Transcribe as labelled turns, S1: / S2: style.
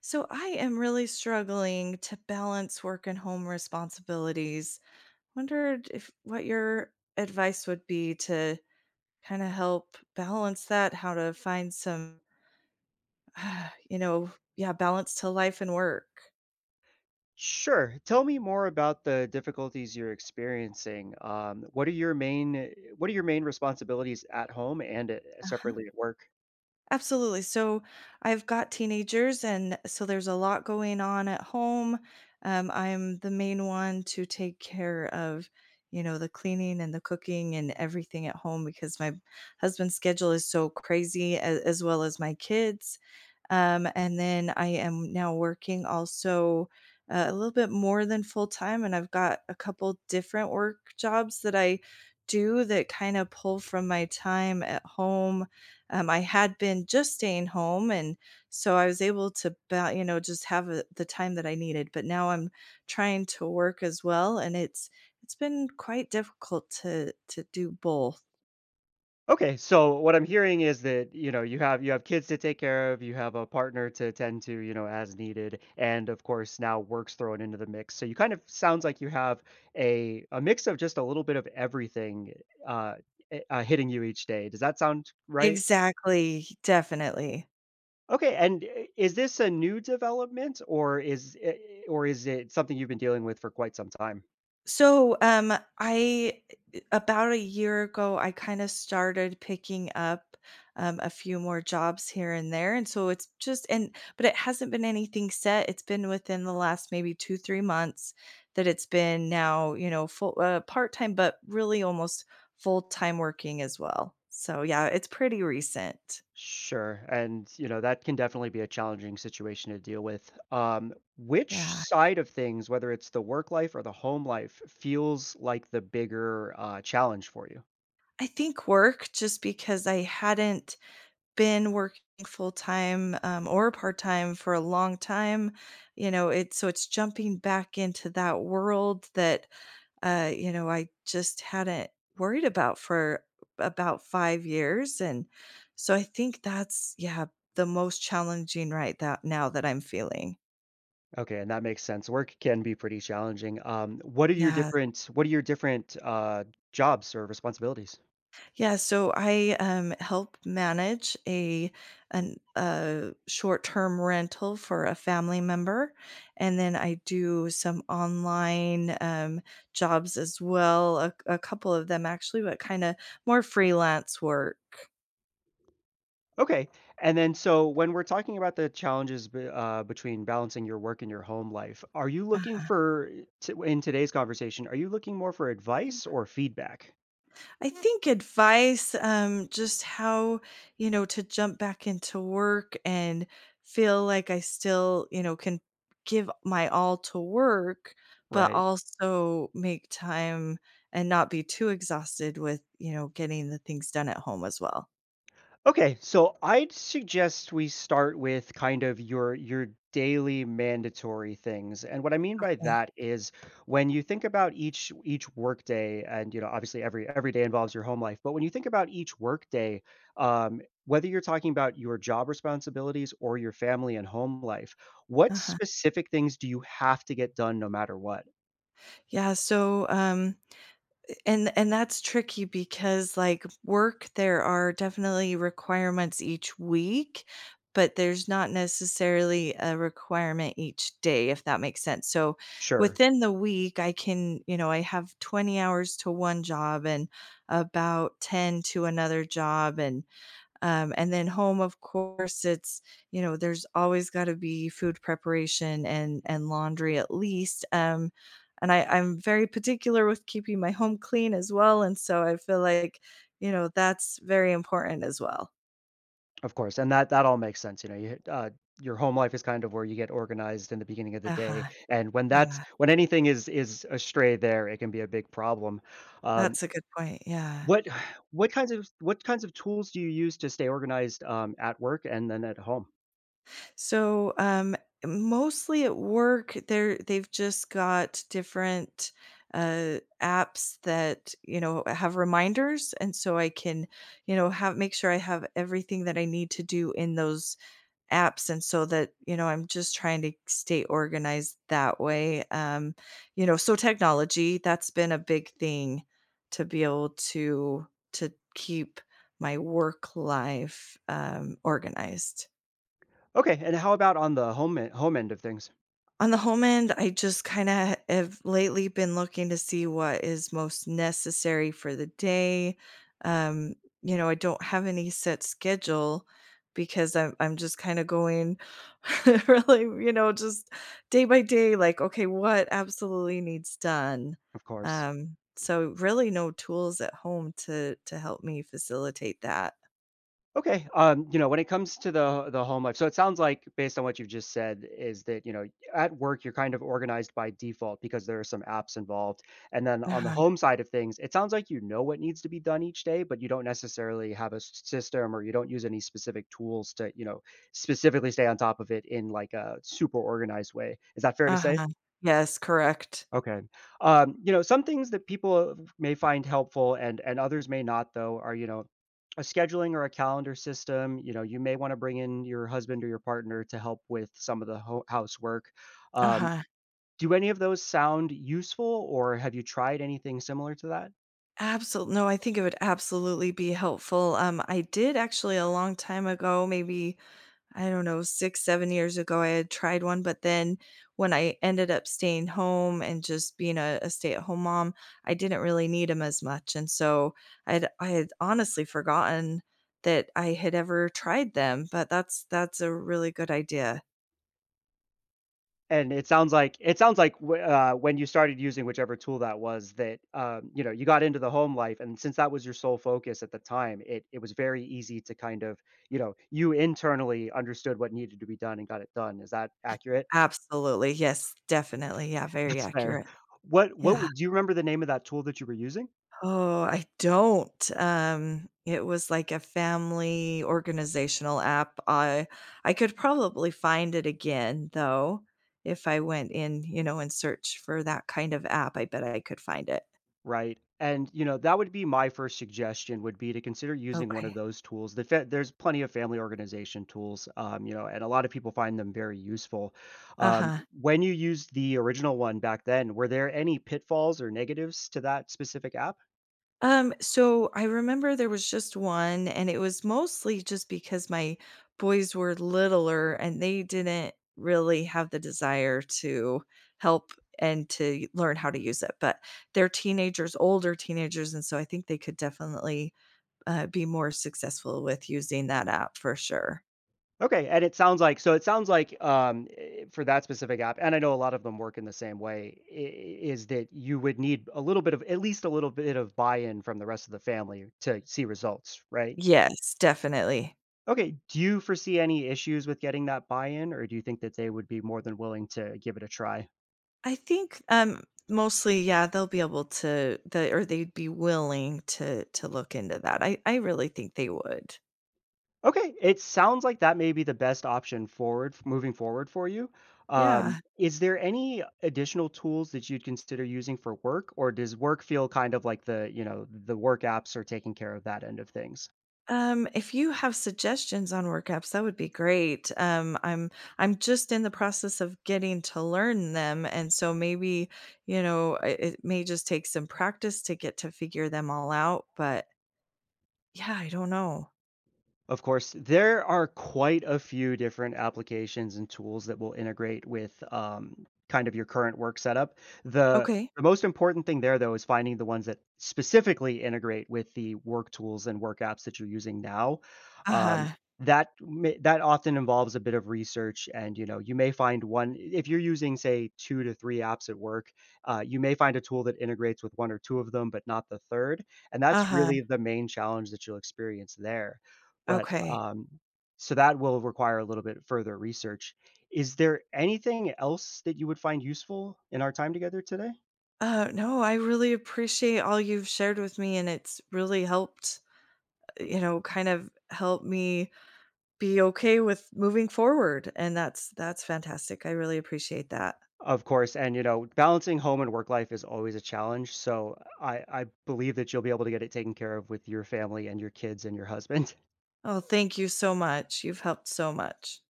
S1: So I am really struggling to balance work and home responsibilities. Wondered if what your advice would be to kind of help balance that, how to find some, you know, yeah, balance to life and work.
S2: Sure. Tell me more about the difficulties you're experiencing. What are your main responsibilities at home and separately at work?
S1: Absolutely. So I've got teenagers, and so there's a lot going on at home. I'm the main one to take care of, you know, the cleaning and the cooking and everything at home because my husband's schedule is so crazy, as well as my kids. And then I am now working also a little bit more than full time, and I've got a couple different work jobs that I do that kind of pull from my time at home. I had been just staying home, and so I was able to, you know, just have the time that I needed. But now I'm trying to work as well, and it's been quite difficult to do both.
S2: Okay, so what I'm hearing is that, you know, you have kids to take care of, you have a partner to tend to, you know, as needed, and of course now work's thrown into the mix. So you kind of sounds like you have a mix of just a little bit of everything eh, uh, hitting you each day. Does that sound right?
S1: Exactly, definitely.
S2: Okay, and I is this a new development or is it something you've been dealing with for quite some time?
S1: So, I about a year ago, I kind of started picking up a few more jobs here and there, and so it's just, and but it hasn't been anything set. It's been within the last maybe 2 3 months that it's been now, you know, full part time, but really almost full time working as well. So yeah, it's pretty recent.
S2: Sure, and, you know, that can definitely be a challenging situation to deal with. Which
S1: Yeah,
S2: side of things, whether it's the work life or the home life, feels like the bigger, challenge for you?
S1: I think work, just because I hadn't been working full time, or part time for a long time, you know, it's, so it's jumping back into that world that, you know, I just hadn't worried about for about 5 years, and so I think that's, yeah, the most challenging right that now that I'm feeling.
S2: Okay, and that makes sense. Work can be pretty challenging. What are your
S1: Yeah.
S2: different jobs or responsibilities?
S1: Yeah, so help manage a short-term rental for a family member, and then I do some online, jobs as well, a couple of them actually, but kinda more freelance work.
S2: Okay. And then, so when we're talking about the challenges between balancing your work and your home life, are you looking for, in today's conversation, are you looking more for advice or feedback?
S1: I think advice, just how, you know, to jump back into work and feel like I still, you know, can give my all to work, but
S2: Right.
S1: also make time and not be too exhausted with, you know, getting the things done at home as well.
S2: Okay, so I'd suggest we start with kind of your daily mandatory things. And what I mean by
S1: Okay.
S2: that is when you think about each workday, and you know, obviously every day involves your home life, but when you think about each workday, um whether you're talking about your job responsibilities or your family and home life, what
S1: Uh-huh.
S2: specific things do you have to get done no matter what?
S1: Yeah. And that's tricky because like work there are definitely requirements each week, but there's not necessarily a requirement each day, if that makes sense. So
S2: Sure.
S1: within the week I can, you know, I have 20 hours to one job and about 10 to another job. And and then home, of course, it's, you know, there's always got to be food preparation and laundry at least. I'm very particular with keeping my home clean as well, and so I feel like, you know, that's very important as well.
S2: Of course, and that all makes sense. You know, you your home life is kind of where you get organized in the beginning of the
S1: Uh
S2: day,
S1: huh.
S2: and when that's
S1: Yeah,
S2: when anything is astray there, it can be a big problem. Um,
S1: that's a good point. Yeah.
S2: what what kinds of tools do you use to stay organized, at work and then at home?
S1: So, um, mostly at work, they've just got different apps that, you know, have reminders, and so I can, you know, have make sure I have everything that I need to do in those apps. And so, that you know, I'm just trying to stay organized that way. You know, so technology, that's been a big thing to be able to keep my work life, organized.
S2: Okay, and how about on the home end of things?
S1: On the home end, I just kinda have lately been looking to see what is most necessary for the day. Um, you know, I don't have any set schedule because I'm just kinda going, really, you know, just day by day, like, okay, what absolutely needs done?
S2: Of course.
S1: So really no tools at home to help me facilitate that.
S2: Okay, you know, when it comes to the home life, so it sounds like, based on what you've just said, is that, you know, at work, you're kind of organized by default because there are some apps involved, and then on the
S1: Uh-huh.
S2: home side of things, it sounds like you know what needs to be done each day, but you don't necessarily have a s system, or you don't use any specific tools to, you know, specifically stay on top of it in, like, a super organized way. Is that fair to say?
S1: Uh-huh. Yes, correct.
S2: Okay. You know, some things that people may find helpful and others may not, though, are, you know, a scheduling or a calendar system. You know, you may want to bring in your husband or your partner to help with some of the housework. Um,
S1: Uh-huh.
S2: do any of those sound useful, or have you tried anything similar to that?
S1: Absolutely. No, I think it would absolutely be helpful. I did actually a long time ago, maybe, I don't know, 6, 7 years ago. I had tried one, but then when I ended up staying home and just being a stay-at-home mom, I didn't really need them as much, and so I had honestly forgotten that I had ever tried them, but that's a really good idea.
S2: And it sounds like, when you started using whichever tool that was, that you know, you got into the home life, and since that was your sole focus at the time, it was very easy to kind of, you know, you internally understood what needed to be done and got it done. Is that accurate?
S1: Absolutely, yes, definitely, yeah, very
S2: That's fair.
S1: accurate.
S2: What what
S1: Yeah.
S2: w- do you remember the name of that tool that you were using?
S1: Oh, I don't. It was like a family organizational app. I could probably find it again though, if I went in, you know, and search for that kind of app. I bet I could find it.
S2: Right, and, you know, that would be my first suggestion, would be to consider using one
S1: Okay.
S2: of those tools. There's plenty of family organization tools, you know, and a lot of people find them very useful. Um,
S1: Uh-huh.
S2: when you used the original one back then, were there any pitfalls or negatives to that specific app?
S1: So I remember there was just one, and it was mostly just because my boys were littler and they didn't really have the desire to help and to learn how to use it. But they're teenagers, older teenagers, and so I think they could definitely, be more successful with using that app for sure.
S2: Okay, and it sounds like, for that specific app, and I know a lot of them work in the same way, I is that you would need a little bit of, at least a little bit of, buy-in from the rest of the family to see results, right?
S1: Yes, definitely.
S2: Okay, do you foresee any issues with getting that buy-in, or do you think that they would be more than willing to give it a try?
S1: I think, mostly, yeah, they'll be able to, the or they'd be willing to look into that. I really think they would.
S2: Okay, it sounds like that may be the best option forward moving forward for you.
S1: Yeah.
S2: Is there any additional tools that you'd consider using for work, or does work feel kind of like, the, you know, the work apps are taking care of that end of things?
S1: If you have suggestions on workouts, that would be great. I'm just in the process of getting to learn them, and so maybe, you know, it may just take some practice to get to figure them all out. But yeah, I don't know.
S2: Of course, there are quite a few different applications and tools that will integrate with, kind of your current work setup. The
S1: Okay.
S2: the most important thing there, though, is finding the ones that specifically integrate with the work tools and work apps that you're using now.
S1: Uh
S2: Um,
S1: huh.
S2: that often involves a bit of research, and, you know, you may find one if you're using, say, 2 to 3 apps at work, you may find a tool that integrates with 1 or 2 of them, but not the 3rd, and
S1: Uh
S2: that's
S1: huh.
S2: really the main challenge that you'll experience there. But,
S1: Okay.
S2: so that will require a little bit further research. Is there anything else that you would find useful in our time together today?
S1: No, I really appreciate all you've shared with me, and it's really helped. You know, kind of help me be okay with moving forward, and that's fantastic. I really appreciate that.
S2: Of course, and, you know, balancing home and work life is always a challenge, so I believe that you'll be able to get it taken care of with your family and your kids and your husband.
S1: Oh, thank you so much. You've helped so much.